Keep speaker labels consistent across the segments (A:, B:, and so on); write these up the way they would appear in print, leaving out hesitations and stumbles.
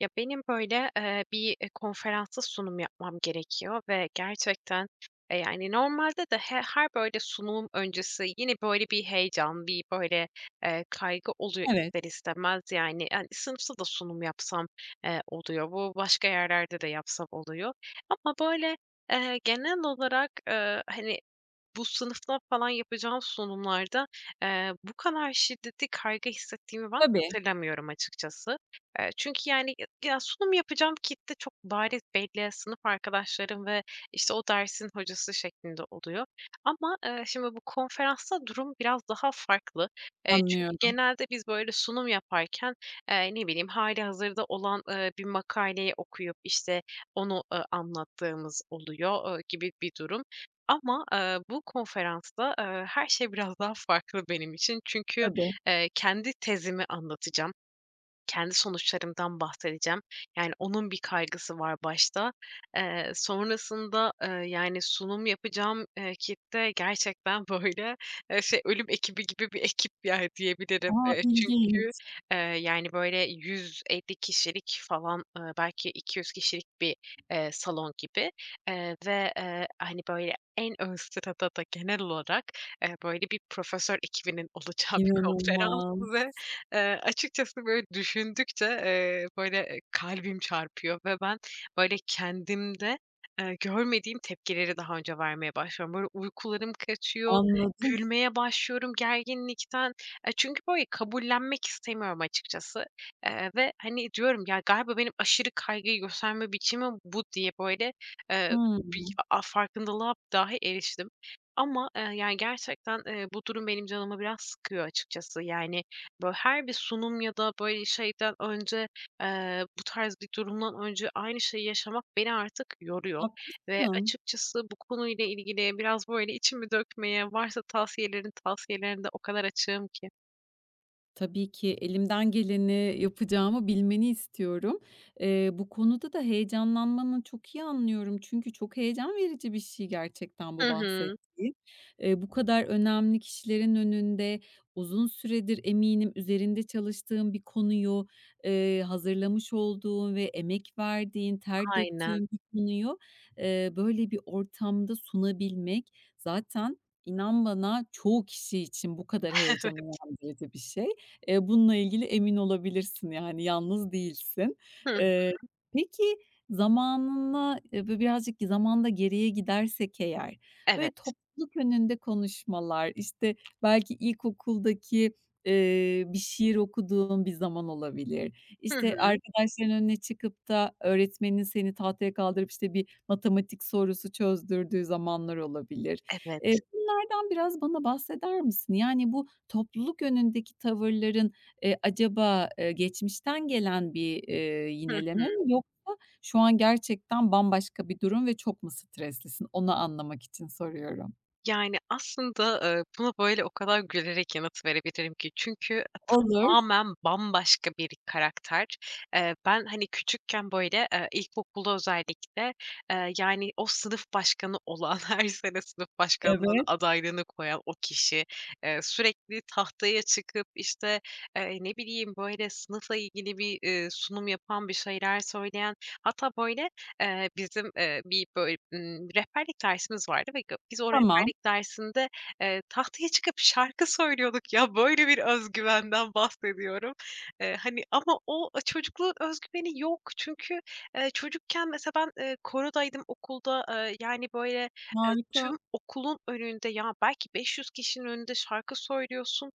A: Ya, benim, böyle, bir, konferansta sunum yapmam gerekiyor ve gerçekten, yani, normalde de her, böyle, sunum öncesi yine, böyle, bir heyecan, bir, böyle, kaygı oluyor
B: Evet,
A: ister istemez. Yani, hani, sınıfta da sunum yapsam, oluyor. Bu başka yerlerde de yapsam oluyor ama, böyle, genel olarak, hani, bu sınıfta falan yapacağım sunumlarda, bu kadar şiddetli kaygı hissettiğimi ben
B: tabii,
A: hatırlamıyorum açıkçası. Çünkü, yani, ya sunum yapacağım kitle çok bariz belli, sınıf arkadaşlarım ve, işte, o dersin hocası şeklinde oluyor. Ama, şimdi bu konferansta durum biraz daha farklı. Çünkü
B: anlıyorum,
A: genelde biz, böyle, sunum yaparken, ne bileyim, hâlihazırda olan, bir makaleyi okuyup, işte, onu, anlattığımız oluyor, gibi bir durum. Ama, bu konferansta, her şey biraz daha farklı benim için. Çünkü,
B: tabii.
A: kendi tezimi anlatacağım. Kendi sonuçlarımdan bahsedeceğim. Yani, onun bir kaygısı var başta. Sonrasında, yani, sunum yapacağım, kitle gerçekten, böyle, şey, ölüm ekibi gibi bir ekip, yani, diyebilirim.
B: A,
A: Çünkü,
B: ilginç,
A: yani, böyle, 150 kişilik falan, belki 200 kişilik bir, salon gibi, ve, hani, böyle, en ön sırada da genel olarak, böyle, bir profesör ekibinin olacağı bir konferans
B: inanılmaz.
A: ve açıkçası, böyle, düşündükçe, böyle, kalbim çarpıyor ve ben, böyle, kendimde, görmediğim tepkileri daha önce vermeye başlıyorum. Böyle, uykularım kaçıyor,
B: Anladım.
A: gülmeye başlıyorum gerginlikten. Çünkü, böyle, kabullenmek istemiyorum açıkçası, ve, hani, diyorum, "Ya, galiba benim aşırı kaygıyı gösterme biçimi bu." diye, böyle, eee, bir
B: Hımm,
A: farkındalığa dahi eriştim ama, yani, gerçekten, bu durum benim canımı biraz sıkıyor açıkçası. Yani, böyle her bir sunum ya da böyle şeyden önce, bu tarz bir durumdan önce aynı şeyi yaşamak beni artık yoruyor ve
B: haklısın.
A: açıkçası bu konuyla ilgili biraz böyle içimi dökmeye, varsa tavsiyelerinde o kadar açığım ki.
B: Tabii ki elimden geleni yapacağımı bilmeni istiyorum. Bu konuda da heyecanlanmanı çok iyi anlıyorum. Çünkü çok heyecan verici bir şey gerçekten
A: Hı
B: bu
A: hı.
B: bahsettiğin. Bu kadar önemli kişilerin önünde uzun süredir eminim üzerinde çalıştığın bir konuyu, hazırlamış olduğun ve emek verdiğin, ter
A: Aynen.
B: döktüğün bir konuyu, böyle bir ortamda sunabilmek zaten inan bana çoğu kişi için bu kadar heyecan uyandırıcı bir şey. Bununla ilgili emin olabilirsin, yani yalnız değilsin.
A: Hı.
B: Eee, peki zamanına, böyle birazcık zamanda geriye gidersek eğer, böyle
A: Evet.
B: topluluk önünde konuşmalar, işte, belki ilkokuldaki, bir şiir okuduğun bir zaman olabilir.
A: Hı
B: İşte,
A: hı.
B: arkadaşların önüne çıkıp da öğretmenin seni tahtaya kaldırıp, işte, bir matematik sorusu çözdürdüğü zamanlar olabilir. Eee,
A: Evet.
B: bunlardan biraz bana bahseder misin? Yani bu topluluk önündeki tavırların, acaba, geçmişten gelen bir,
A: Hı
B: yineleme
A: hı.
B: mi, yoksa şu an gerçekten bambaşka bir durum ve çok mu streslisin? Onu anlamak için soruyorum.
A: Yani, aslında, buna, böyle, o kadar gülerek yanıt verebilirim ki çünkü
B: Olur.
A: tamamen bambaşka bir karakter. Ben, hani, küçükken, böyle, ilkokulda özellikle, yani, o sınıf başkanı olan, her sene sınıf başkanlığına
B: Evet.
A: adaylığını koyan o kişi, sürekli tahtaya çıkıp, işte, ne bileyim, böyle, sınıfla ilgili bir, sunum yapan, bir şeyler söyleyen hatta, böyle, bizim, bir böyle, rehberlik dersimiz vardı ve biz o
B: Tamam.
A: rehberlik dersinde, tahtaya çıkıp şarkı söylüyorduk ya. Böyle bir öz güvenden bahsediyorum. Hani, ama o çocukluğun öz güveni yok. Çünkü, çocukken mesela ben, korodaydım okulda. Yani, böyle,
B: Harika.
A: tüm okulun önünde ya belki 500 kişinin önünde şarkı söylüyorsun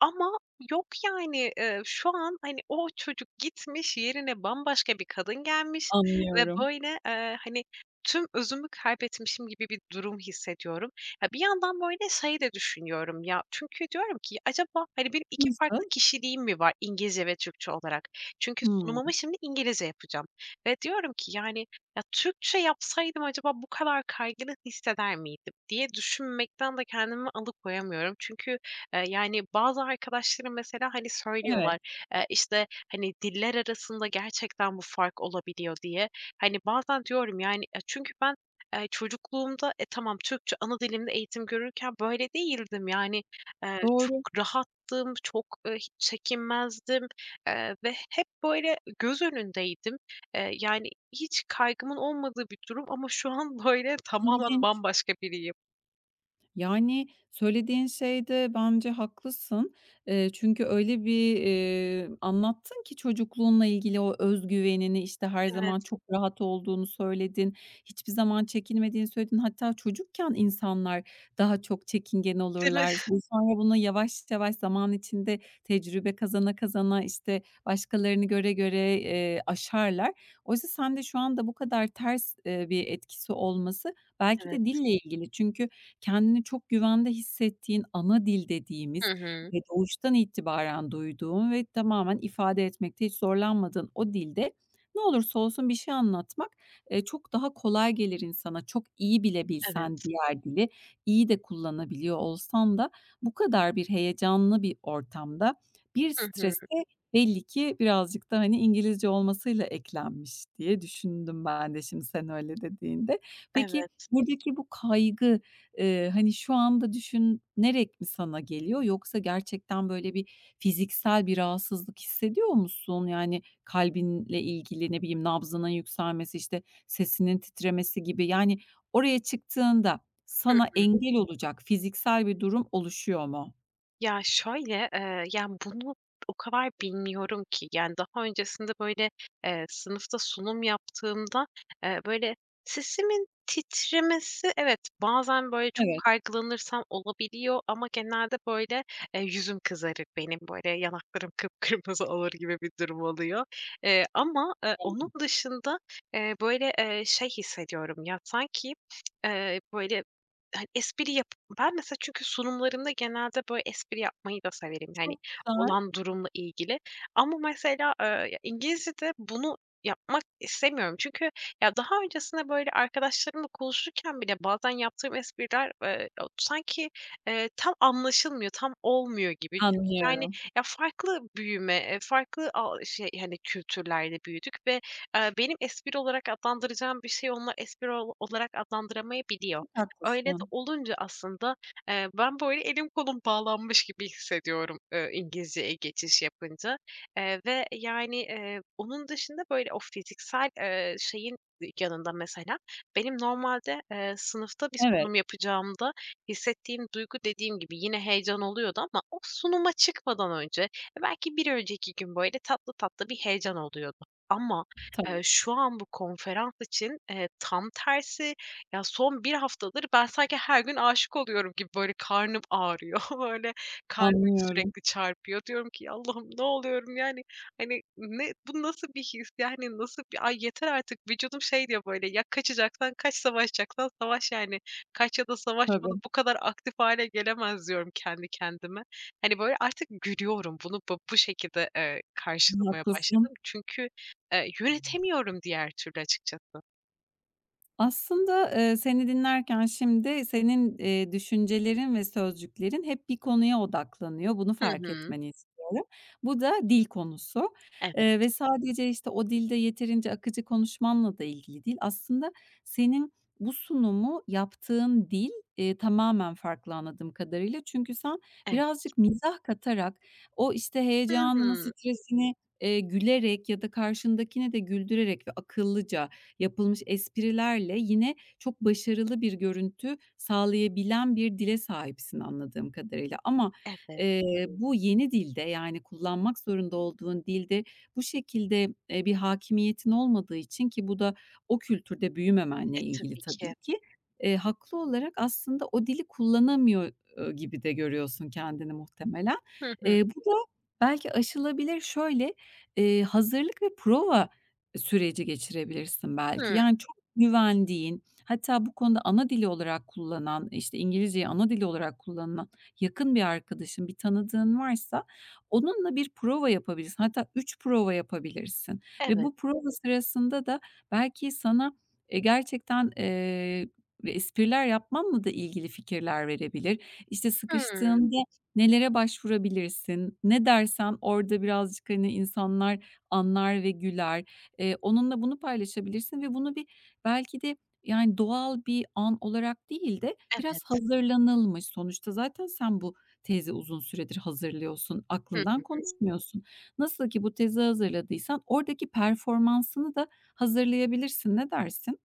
A: ama yok yani. Şu an, hani, o çocuk gitmiş, yerine bambaşka bir kadın gelmiş. Ve
B: Anlıyorum.
A: böyle, hani, tüm özümü kaybetmişim gibi bir durum hissediyorum. Ya, bir yandan böyle şey de düşünüyorum ya, çünkü diyorum ki acaba, hani, benim 2 farklı
B: Nasıl?
A: kişiliğim mi var İngilizce ve Türkçe olarak? Çünkü
B: Hımm.
A: sunumumu şimdi İngilizce yapacağım ve diyorum ki yani, ya, Türkçe yapsaydım acaba bu kadar kaygını hisseder miydim diye düşünmekten de kendimi alıkoyamıyorum. Çünkü, yani, bazı arkadaşlarım mesela, hani, söylüyorlar,
B: Evet.
A: işte, hani, diller arasında gerçekten bu fark olabiliyor diye. Hani, bazen diyorum, yani, çünkü ben, çocukluğumda, tamam Türkçe ana dilimde eğitim görürken böyle değildim. Yani, çok
B: Doğru.
A: rahattım, çok, hiç çekinmezdim, ve hep böyle göz önündeydim. Yani, hiç kaygımın olmadığı bir durum ama şu an böyle tamamen
B: İlginç.
A: bambaşka biriyim.
B: Yani, söylediğin şeyde bence haklısın. Çünkü öyle bir, anlattın ki çocukluğunla ilgili o özgüvenini, işte, her zaman
A: Evet,
B: çok rahat olduğunu söyledin. Hiçbir zaman çekinmediğini söyledin. Hatta çocukken insanlar daha çok çekingen
A: değil mi?
B: olurlar. Bu sonra bunu yavaş yavaş zaman içinde tecrübe kazana kazana, işte, başkalarını göre göre, aşarlar. Oysa sen de şu anda bu kadar ters, bir etkisi olması belki de
A: Evet.
B: dille ilgili. Çünkü kendini çok güvende hissettiğin ana dil
A: Hı
B: dediğimiz
A: hı.
B: ve doğuştan itibaren duyduğun ve tamamen ifade etmekte hiç zorlanmadığın o dilde ne olursa olsun bir şey anlatmak, çok daha kolay gelir insana. Çok iyi bile bilsen
A: Evet.
B: diğer dili, iyi de kullanabiliyor olsan da, bu kadar bir heyecanlı bir ortamda bir
A: Hı hı.
B: stres de belli ki birazcık da, hani, İngilizce olmasıyla eklenmiş diye düşündüm ben de şimdi sen öyle dediğinde. Peki
A: Evet.
B: buradaki bu kaygı, hani, şu anda düşünerek mi sana geliyor, yoksa gerçekten böyle bir fiziksel bir rahatsızlık hissediyor musun? Yani, kalbinle ilgili, ne bileyim, nabzının yükselmesi, işte, sesinin titremesi gibi. Yani, oraya çıktığında
A: Hı
B: sana
A: hı.
B: engel olacak fiziksel bir durum oluşuyor mu?
A: Ya, şöyle, yani, bunu o kadar bilmiyorum ki. Yani, daha öncesinde, böyle, sınıfta sunum yaptığımda, böyle, sesimin titremesi evet, bazen, böyle, çok
B: Evet,
A: kaygılanırsam olabiliyor ama genelde, böyle, yüzüm kızarır benim, böyle, yanaklarım kıpkırmızı olur gibi bir durum oluyor. Ama,
B: tamam.
A: onun dışında, böyle, şey hissediyorum ya, sanki, böyle, hani, espri ben mesela çünkü sunumlarımda genelde böyle espri yapmayı da severim, hani,
B: Çok güzel.
A: olan durumla ilgili ama mesela, ya, İngilizce'de bunu yapmak istemiyorum. Çünkü ya, daha öncesinde böyle arkadaşlarımla konuşurken bile bazen yaptığım espriler, o sanki, tam anlaşılmıyor, tam olmuyor gibi. Çünkü, yani,
B: Anlıyorum.
A: ya, farklı büyüme, farklı şey, hani, kültürlerde büyüdük ve, benim espri olarak adlandıracağım bir şey onlar espri olarak adlandıramayabiliyor.
B: Çok
A: Öyle de
B: haklısın.
A: olunca aslında, ben böyle elim kolum bağlanmış gibi hissediyorum, İngilizceye geçiş yapınca, ve yani, onun dışında böyle o fiziksel, şeyin yanında mesela benim normalde, sınıfta bir
B: Evet,
A: sunum yapacağımda hissettiğim duygu dediğim gibi yine heyecan oluyordu ama o sunuma çıkmadan önce belki bir önceki gün böyle tatlı tatlı bir heyecan oluyordu. Ama,
B: tabii.
A: şu an bu konferans için, tam tersi ya, son bir haftadır ben sanki her gün aşık oluyorum gibi, böyle, karnım ağrıyor, böyle, kalbim
B: Anlıyorum.
A: sürekli çarpıyor. Diyorum ki, "Ya, Allah'ım ne oluyorum?" Yani, hani, ne bu nasıl bir his? Yani, nasıl bir ay yeter artık vücudum şey diyor, böyle, "Ya, kaçacaksan kaç, savaşacaksan savaş yani. Kaç ya da savaş,
B: Tabii.
A: bu kadar aktif hale gelemez." diyorum kendi kendime. Hani, böyle, artık gülüyorum. Bunu bu şekilde, karşılamaya
B: Haklısın.
A: başladım. Çünkü, yönetemiyorum diğer türlü açıkçası.
B: Aslında, seni dinlerken şimdi senin, düşüncelerin ve sözcüklerin hep bir konuya odaklanıyor. Bunu
A: Hı
B: fark
A: hı.
B: etmeni istiyorum. Bu da dil konusu,
A: Evet,
B: ve sadece, işte, o dilde yeterince akıcı konuşmanla da ilgili değil. Aslında senin bu sunumu yaptığın dil, tamamen farklı anladığım kadarıyla. Çünkü sen
A: evet.
B: birazcık mizah katarak o, işte, heyecanını,
A: Hımm.
B: stresini, gülerek ya da karşındakini de güldürerek ve akıllıca yapılmış esprilerle yine çok başarılı bir görüntü sağlayabilen bir dile sahipsin anladığım kadarıyla. Ama,
A: Evet.
B: eee, bu yeni dilde, yani kullanmak zorunda olduğun dilde bu şekilde, bir hakimiyetin olmadığı için, ki bu da o kültürde
A: E,
B: büyümemenle ilgili
A: tabii ki.
B: tabii ki, haklı olarak aslında o dili kullanamıyor, gibi de görüyorsun kendini muhtemelen.
A: Hı hı.
B: Bu da belki aşılabilir. Şöyle, hazırlık ve prova süreci geçirebilirsin belki.
A: Hıı.
B: Yani çok güvendiğin, hatta bu konuda ana dili olarak kullanan, işte, İngilizceyi ana dili olarak kullanan yakın bir arkadaşın, bir tanıdığın varsa onunla bir prova yapabilirsin. Hatta 3 prova yapabilirsin ve
A: Evet.
B: bu prova sırasında da belki sana, gerçekten, ve espriler yapmanla da ilgili fikirler verebilir. İşte,
A: Hıı.
B: sıkıştığında nelere başvurabilirsin, ne dersen orada birazcık, hani, insanlar anlar ve güler. Onunla bunu paylaşabilirsin ve bunu bir belki de, yani, doğal bir an olarak değil de biraz
A: Evet.
B: hazırlanılmış. Sonuçta zaten sen bu tezi uzun süredir hazırlıyorsun,
A: Hı hı.
B: aklından konuşmuyorsun. Nasıl ki bu tezi hazırladıysan oradaki performansını da hazırlayabilirsin. Ne dersin?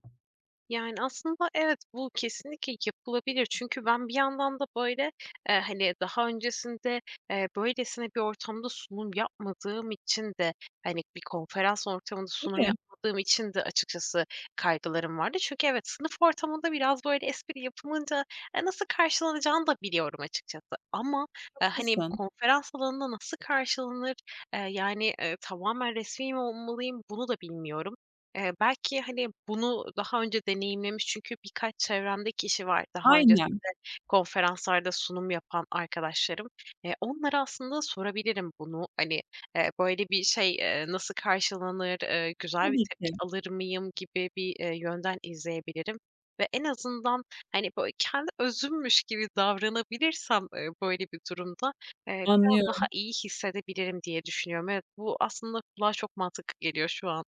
A: Yani, aslında evet, bu kesinlikle yapılabilir. Çünkü ben bir yandan da, böyle, hani, daha öncesinde, böylesine bir ortamda sunum yapmadığım için de, hani, bir konferans ortamında sunum
B: Tabii,
A: yapmadığım için de açıkçası kaygılarım vardı. Çünkü evet, sınıf ortamında biraz, böyle, espri yapılınca, nasıl karşılanacağını da biliyorum açıkçası ama, hani, bu
B: haklısın.
A: konferans alanında nasıl karşılanır, yani, tamamen resmi mi olmalıyım, bunu da bilmiyorum. Belki, hani, bunu daha önce deneyimlemiş çünkü birkaç çevremde kişi var daha
B: Aynen,
A: öncesinde konferanslarda sunum yapan arkadaşlarım. Onlara aslında sorabilirim bunu. Hani, böyle bir şey, nasıl karşılanır, güzel bir
B: tabii
A: tepki
B: ki.
A: alır mıyım gibi bir, yönden izleyebilirim ve en azından, hani, böyle kendi özümmüş gibi davranabilirsem, böyle bir durumda, biraz
B: Anlıyorum.
A: daha iyi hissedebilirim diye düşünüyorum. Evet, bu aslında kulağa çok mantıklı geliyor şu an.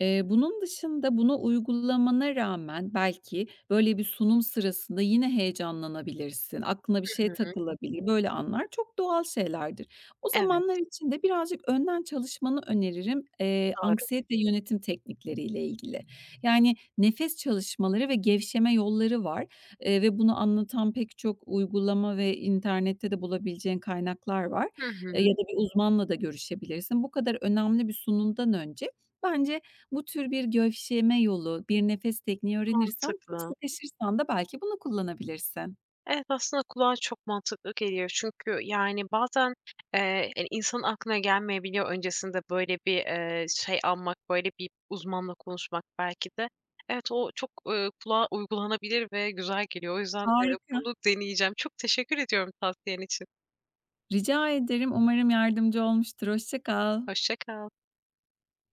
B: Bunun dışında bunu uygulamana rağmen belki böyle bir sunum sırasında yine heyecanlanabilirsin. Aklına bir
A: Hı
B: şey
A: hı.
B: takılabilir. Böyle anlar çok doğal şeylerdir. O
A: Evet,
B: zamanlar için de birazcık önden çalışmanı öneririm,
A: doğru.
B: anksiyete yönetim teknikleriyle ilgili. Yani nefes çalışmaları ve gevşeme yolları var, ve bunu anlatan pek çok uygulama ve internette de bulabileceğin kaynaklar var,
A: Hı hı,
B: ya da bir uzmanla da görüşebilirsin. Bu kadar önemli bir sunumdan önce bence bu tür bir gevşeme yolu, bir nefes tekniği öğrenirsen, çok
A: mantıklı.
B: sıkışırsan da belki bunu kullanabilirsin.
A: Evet, aslında kulağa çok mantıklı geliyor. Çünkü, yani, bazen, hani, insanın aklına gelmeyebiliyor öncesinde böyle bir, şey almak, böyle bir uzmanla konuşmak belki de. Evet, o çok, kulağa uygulanabilir ve güzel geliyor. O yüzden,
B: Harika.
A: bunu deneyeceğim. Çok teşekkür ediyorum tavsiyen için.
B: Rica ederim. Umarım yardımcı olmuştur. Hoşça kal.
A: Hoşça kal.